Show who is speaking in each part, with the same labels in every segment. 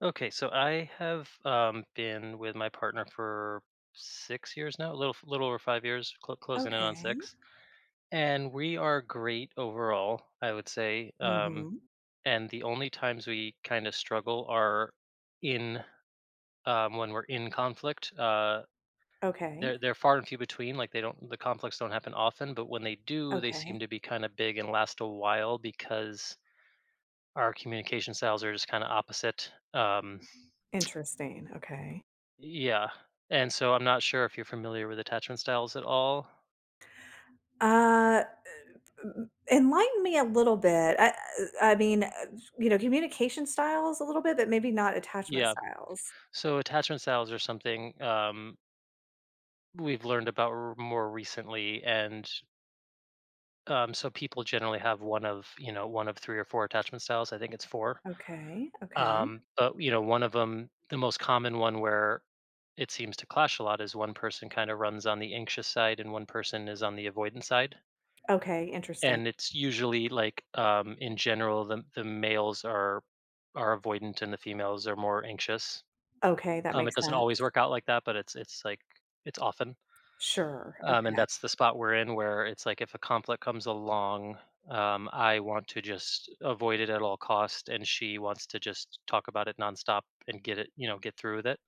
Speaker 1: Okay, so I have been with my partner for 6 years now, a little over 5 years, closing in on
Speaker 2: Okay.
Speaker 1: 6, and we are great overall, I would say.
Speaker 2: Mhm.
Speaker 1: And the only times we kind of struggle are in when we're in conflict.
Speaker 2: Okay.
Speaker 1: They're far and few between. Like the conflicts don't happen often, but when they do, they seem
Speaker 2: Okay.
Speaker 1: to be kind of big and last a while because our communication styles are just kind of opposite.
Speaker 2: Interesting, okay.
Speaker 1: Yeah, and so I'm not sure if you're familiar with attachment styles at all.
Speaker 2: Uh, m Enlighten me a little bit. I mean, you know, communication styles a little bit, but maybe not attachment
Speaker 1: Yeah,
Speaker 2: styles.
Speaker 1: so attachment styles are something we've learned about more recently, and so people generally have one of 3 or 4 attachment styles. I think it's 4,
Speaker 2: Okay, okay.
Speaker 1: but you know one of them, the most common one where it seems to clash a lot, is one person kind of runs on the anxious side and one person is on the avoidance side.
Speaker 2: Okay, interesting.
Speaker 1: And it's usually like in general the males are avoidant and the females are more anxious.
Speaker 2: Okay, that
Speaker 1: It
Speaker 2: makes
Speaker 1: doesn't always
Speaker 2: sense.
Speaker 1: work out like that, but it's like it's often.
Speaker 2: Sure,
Speaker 1: And
Speaker 2: okay.
Speaker 1: that's the spot we're in, where it's like if a conflict comes along, I want to just avoid it at all cost and she wants to just talk about it nonstop and get through with it.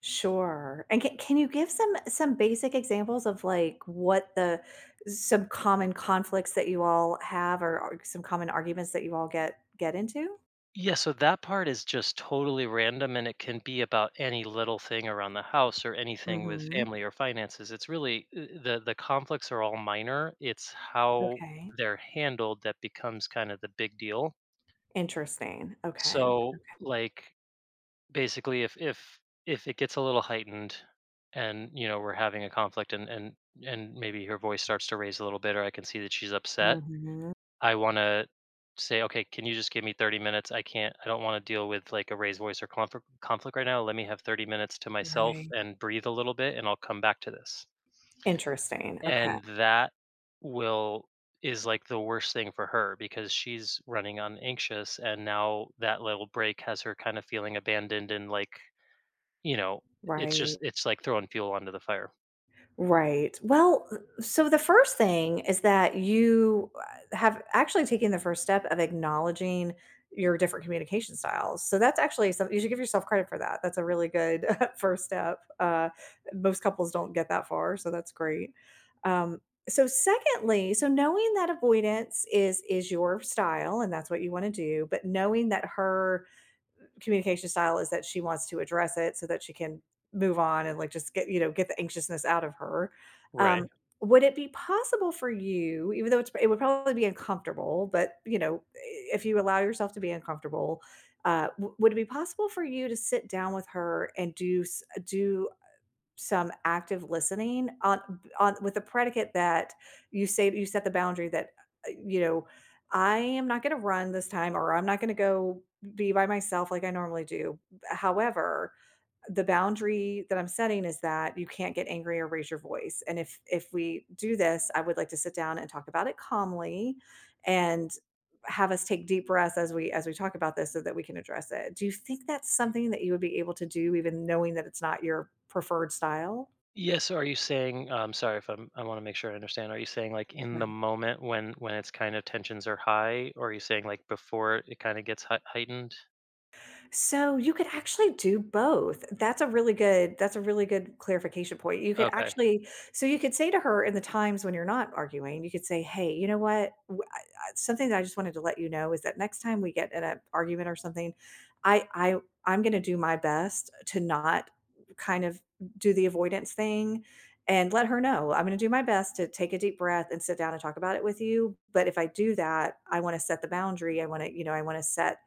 Speaker 2: Sure, and can you give some basic examples of, like, what the some common conflicts that you all have or ar some common arguments that you all get into?
Speaker 1: Yeah, so that part is just totally random, and it can be about any little thing around the house or anything with
Speaker 2: Mhm.
Speaker 1: family or finances. It's really the conflicts are all minor. It's how
Speaker 2: Okay.
Speaker 1: they're handled that becomes kind of the big deal.
Speaker 2: Interesting. Okay.
Speaker 1: So like, basically, if if it gets a little heightened and you know we're having a conflict, and maybe her voice starts to raise a little bit, or I can see that she's upset,
Speaker 2: Mhm.
Speaker 1: I wanna say, "Okay, can you just give me 30 minutes? I don't wanna deal with, like, a raised voice or conflict right now. Let me have 30 minutes to myself
Speaker 2: Right.
Speaker 1: and breathe a little bit, and I'll come back to this."
Speaker 2: Interesting. Okay.
Speaker 1: And that will is, like, the worst thing for her, because she's running on anxious, and now that little break has her kinda feeling abandoned and, like, you know, it's just
Speaker 2: Right.
Speaker 1: it's like throwing fuel onto the fire.
Speaker 2: Right. Well, so the first thing is that you have actually taken the first step of acknowledging your different communication styles. So that's actually something you should give yourself credit for that. That's a really good first step. Most couples don't get that far, so that's great. Um, so secondly, so knowing that avoidance is your style and that's what you want to do, but knowing that her communication style is that she wants to address it so that she can move on and like just get you know get the anxiousness out of her
Speaker 1: Right.
Speaker 2: um would it be possible for you, even though it would probably be uncomfortable, but you know, if you allow yourself to be uncomfortable, would it be possible for you to sit down with her and do do some active listening on with the predicate that you say you set the boundary that, you know, "I am not gonna run this time," or, "I'm not gonna go be by myself like I normally do. However, the boundary that I'm setting is that you can't get angry or raise your voice. And if we do this, I would like to sit down and talk about it calmly and have us take deep breaths as we talk about this so that we can address it. Do you think that's something that you would be able to do even knowing that it's not your preferred style?"
Speaker 1: Yes. Are you saying? Sorry if I'm. I want to make sure I understand. Are you saying like in the moment when it's kind of tensions are high, or are you saying like before it kind of gets heightened?
Speaker 2: So you could actually do both. That's a really good clarification point. You could
Speaker 1: Okay.
Speaker 2: actually, so you could say to her in the times when you're not arguing. You could say, "Hey, you know what? Something that I just wanted to let you know is that next time we get in an argument or something, I I I'm going to do my best to not kind of do the avoidance thing." And let her know, "I'm going to do my best to take a deep breath and sit down and talk about it with you. But if I do that, I want to set the boundary. I want to, you know, I want to set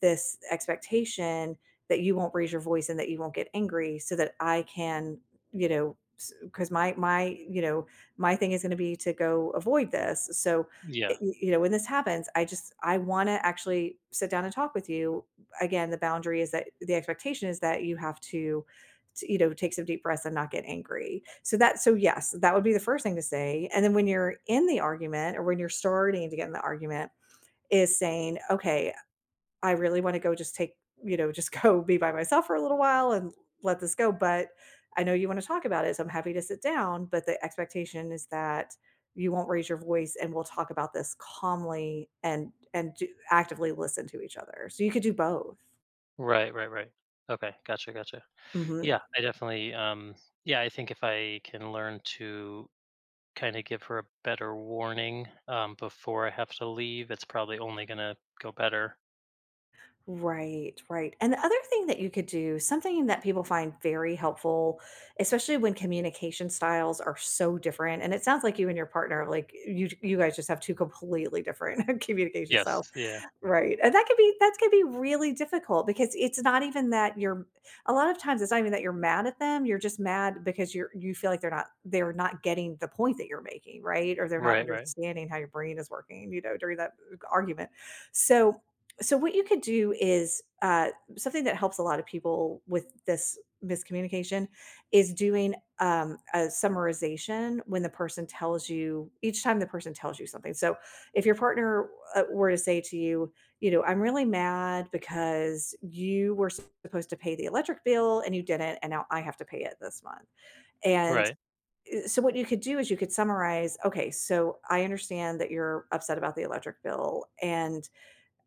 Speaker 2: this expectation that you won't raise your voice and that you won't get angry so that I can, you know, because my you know my thing is going to be to go avoid this, so
Speaker 1: Yeah.
Speaker 2: you know, when this happens, I just I want to actually sit down and talk with you. Again, the boundary is that the expectation is that you have to, you know, take some deep breaths and not get angry." so that so yes, that would be the first thing to say, and then when you're in the argument or when you're starting to get in the argument is saying, "Okay, I really want to go just take, you know, just go be by myself for a little while and let this go. But I know you want to talk about it. So I'm happy to sit down. But the expectation is that you won't raise your voice and we'll talk about this calmly, and actively listen to each other." So you could do both.
Speaker 1: Right. Right. Right. Okay. Gotcha. Gotcha.
Speaker 2: hmm
Speaker 1: Yeah. I definitely. Yeah. I think if I can learn to kind of give her a better warning before I have to leave, it's probably only gonna go better.
Speaker 2: Right, right. And the other thing that you could do, something that people find very helpful, especially when communication styles are so different. And it sounds like you and your partner, like you guys just have two completely different communication styles.
Speaker 1: Yes. Yeah.
Speaker 2: Right, and that could be, really difficult because it's not even that you're, a lot of times it's not even that you're mad at them. You're just mad because you feel like they're not getting the point that you're making, right? Or they're not
Speaker 1: Right. Right.
Speaker 2: understanding how your brain is working, you know, during that argument. So, so what you could do is, something that helps a lot of people with this miscommunication is doing a summarization when the person tells you, each time the person tells you something. So if your partner, were to say to you, you know, "I'm really mad because you were supposed to pay the electric bill and you didn't, and now I have to pay it this month." And,
Speaker 1: Right.
Speaker 2: so what you could do is you could summarize, "Okay, so I understand that you're upset about the electric bill, and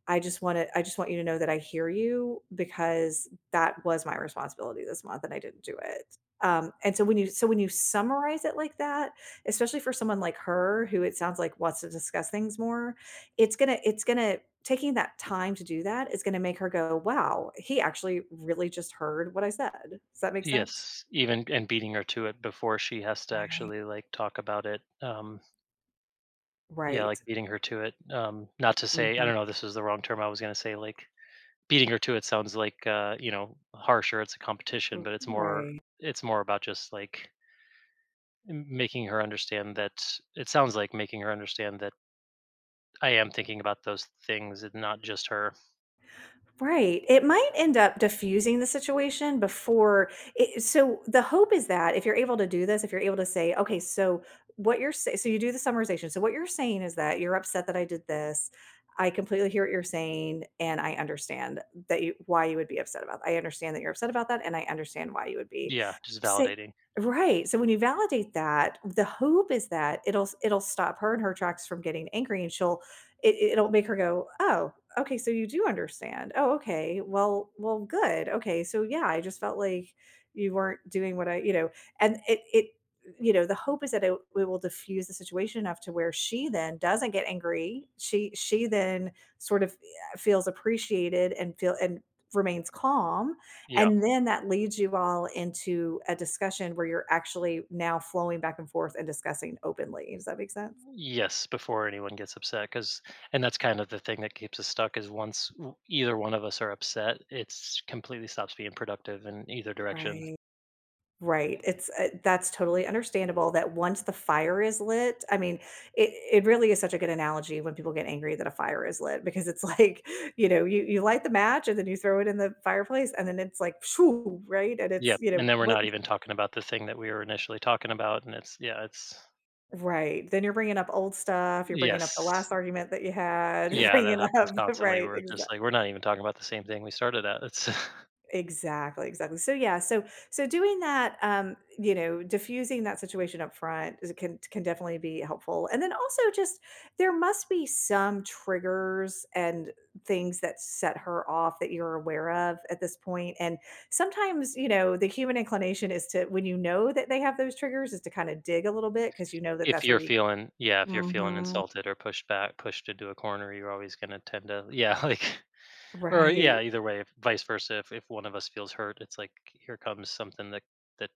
Speaker 2: I just want you to know that I hear you because that was my responsibility this month and I didn't do it." And so when you summarize it like that, especially for someone like her who, it sounds like, wants to discuss things more, it's gonna, taking that time to do that is gonna make her go, wow, he actually really just heard what I said. Does that make sense?
Speaker 1: Yes, even and beating her to it before she has to
Speaker 2: Right.
Speaker 1: actually, like, talk about it, yeah,
Speaker 2: Right.
Speaker 1: like, beating her to it, not to say, I
Speaker 2: Mhm.
Speaker 1: don't know, this is the wrong term, I was gonna say, like, beating her to it sounds like, you know, harsh, or it's a competition, but
Speaker 2: Right.
Speaker 1: it's more about just, like, m making her understand that it sounds like making her understand that I am thinking about those things and not just her.
Speaker 2: Right. It might end up diffusing the situation before it, so the hope is that if you're able to do this, if you're able to say, "Okay, so what you're say so you do the summarization. So what you're saying is that you're upset that I did this. I completely hear what you're saying, and I understand that you why you would be upset about I understand that you're upset about that, and I understand why you would be."
Speaker 1: Yeah, just
Speaker 2: Say
Speaker 1: validating.
Speaker 2: Right. So when you validate that, the hope is that it'll stop her in her tracks from getting angry, and she'll, it'll make her go, "Oh, okay, so you do understand. Oh, okay. Well, well, good. Okay, so yeah, I just felt like you weren't doing what I," you know, and it, it, you know, the hope is that it will diffuse the situation enough to where she then doesn't get angry. She then sort of, feels appreciated and feel and remains calm,
Speaker 1: Yeah.
Speaker 2: and then that leads you all into a discussion where you're actually now flowing back and forth and discussing openly. Does that make sense?
Speaker 1: Yes, before anyone gets upset, because and that's kind of the thing that keeps us stuck is once either one of us are upset, it's completely stops being productive in either direction.
Speaker 2: Right. Right, it's, that's totally understandable that once the fire is lit, I mean, it really is such a good analogy when people get angry that a fire is lit, because it's like, you know, you light the match and then you throw it in the fireplace and then it's like, "Phew," right? And it's,
Speaker 1: Yep,
Speaker 2: you know,
Speaker 1: and then we're
Speaker 2: what.
Speaker 1: not even talking about the thing that we were initially talking about, and it's yeah, it's
Speaker 2: Right, then you're bringing up old stuff, you're bringing up the
Speaker 1: yes,
Speaker 2: last argument that you had, you're
Speaker 1: yeah, that
Speaker 2: bringing
Speaker 1: happens
Speaker 2: up
Speaker 1: constantly.
Speaker 2: right,
Speaker 1: We're just
Speaker 2: exactly.
Speaker 1: like we're not even talking about the same thing we started at. It's
Speaker 2: Exactly, exactly. So yeah, so so doing that, you know, diffusing that situation up front can definitely be helpful. And then also, just there must be some triggers and things that set her off that you're aware of at this point. And sometimes, you know, the human inclination is to, when you know that they have those triggers, is to kind of dig a little bit because you know that
Speaker 1: if
Speaker 2: that's where
Speaker 1: you're
Speaker 2: you.
Speaker 1: feeling yeah, if you're feeling
Speaker 2: Mhm.
Speaker 1: insulted or pushed back, pushed into a corner, you're always gonna tend to, yeah, like. Or
Speaker 2: Right.
Speaker 1: yeah, either way, if vice versa, if one of us feels hurt, it's like here comes something that that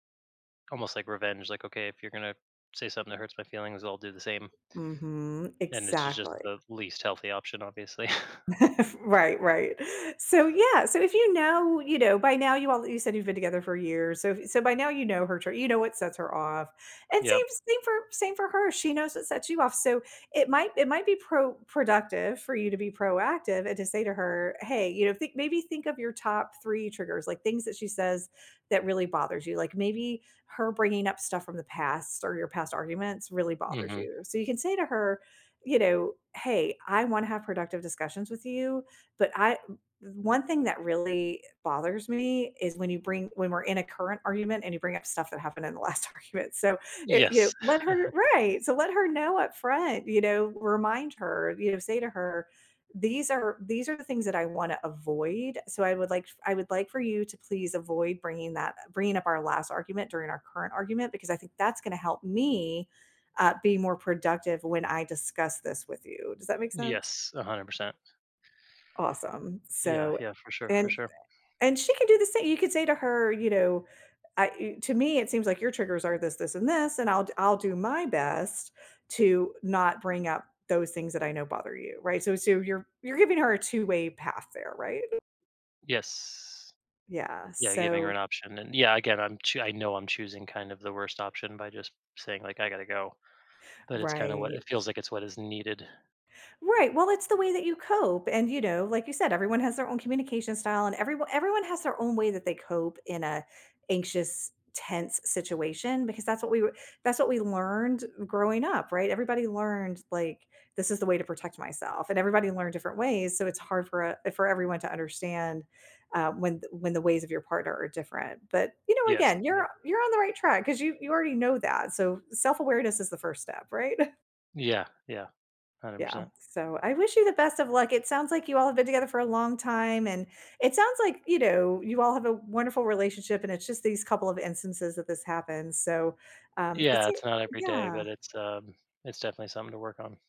Speaker 1: almost like revenge. Like okay, if you're gonna say something that hurts my feelings, I'll do the same.
Speaker 2: Mhm.
Speaker 1: And it's just
Speaker 2: Exactly.
Speaker 1: the least healthy option, obviously.
Speaker 2: Right, right. So yeah, so if you know, you know, by now, you all, you said you've been together for years. So if- so by now you know her trait. You know what sets her off. And
Speaker 1: Yep.
Speaker 2: same for her. She knows what sets you off. So it might be productive for you to be proactive and to say to her, "Hey, you know, think, maybe think of your top three triggers, like things that she says that really bothers you. Like maybe her bringing up stuff from the past or your past arguments really bothers
Speaker 1: Hmm.
Speaker 2: you." So you can say to her, you know, "Hey, I wanna have productive discussions with you, but I, one thing that really bothers me is when you bring when we're in a current argument and you bring up stuff that happened in the last argument," so, it you know,
Speaker 1: Yes.
Speaker 2: let her. Right, so let her know up front. You know, remind her, you know, say to her, "These are, these are the things that I wanna avoid, so I would like for you to please avoid bringing up our last argument during our current argument, because I think that's gonna help me, be more productive when I discuss this with you." Does that make sense?
Speaker 1: Yes. 100%.
Speaker 2: Awesome.
Speaker 1: Yeah.
Speaker 2: So,
Speaker 1: Yeah. For sure. For
Speaker 2: and
Speaker 1: sure.
Speaker 2: and she can do the same. You could say to her, you know, "I, to me, it seems like your triggers are this, this, and this, and I'll do my best to not bring up those things that I know bother you," right? So, so you're giving her a two-way path there, right?
Speaker 1: Yes.
Speaker 2: Yeah.
Speaker 1: Yeah. Giving her an
Speaker 2: So,
Speaker 1: option, and yeah, again, I'm I know I'm choosing kind of the worst option by just saying like I gotta go, but it's kind of what it
Speaker 2: right.
Speaker 1: feels like. It's what is needed.
Speaker 2: Right. Well, it's the way that you cope. And, you know, like you said, everyone has their own communication style, and everyone has their own way that they cope in a anxious, tense situation, because that's what we were, that's what we learned growing up, right? Everybody learned like this is the way to protect myself, and everybody learned different ways. So it's hard for a for everyone to understand when the ways of your partner are different. But you know,
Speaker 1: Yes.
Speaker 2: again,
Speaker 1: Yeah.
Speaker 2: you're on the right track because you already know that. So self awareness is the first step, right?
Speaker 1: Yeah. Yeah. Hundred
Speaker 2: Yeah,
Speaker 1: percent.
Speaker 2: so I wish you the best of luck. It sounds like you all have been together for a long time, and it sounds like, you know, you all have a wonderful relationship, and it's just these couple of instances that this happens, so, it's.
Speaker 1: Yeah, it's not every day,
Speaker 2: Yeah,
Speaker 1: but it's definitely something to work on.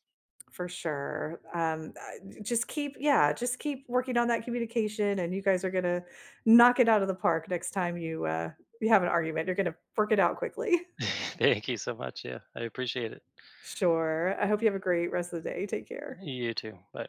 Speaker 2: for sure. Just keep, yeah, just keep working on that communication, and you guys are gonna knock it out of the park next time you, you have an argument. You're gonna work it out quickly.
Speaker 1: Thank you so much, yeah, I appreciate it.
Speaker 2: Sure, I hope you have a great rest of the day. Take care.
Speaker 1: You too, bye.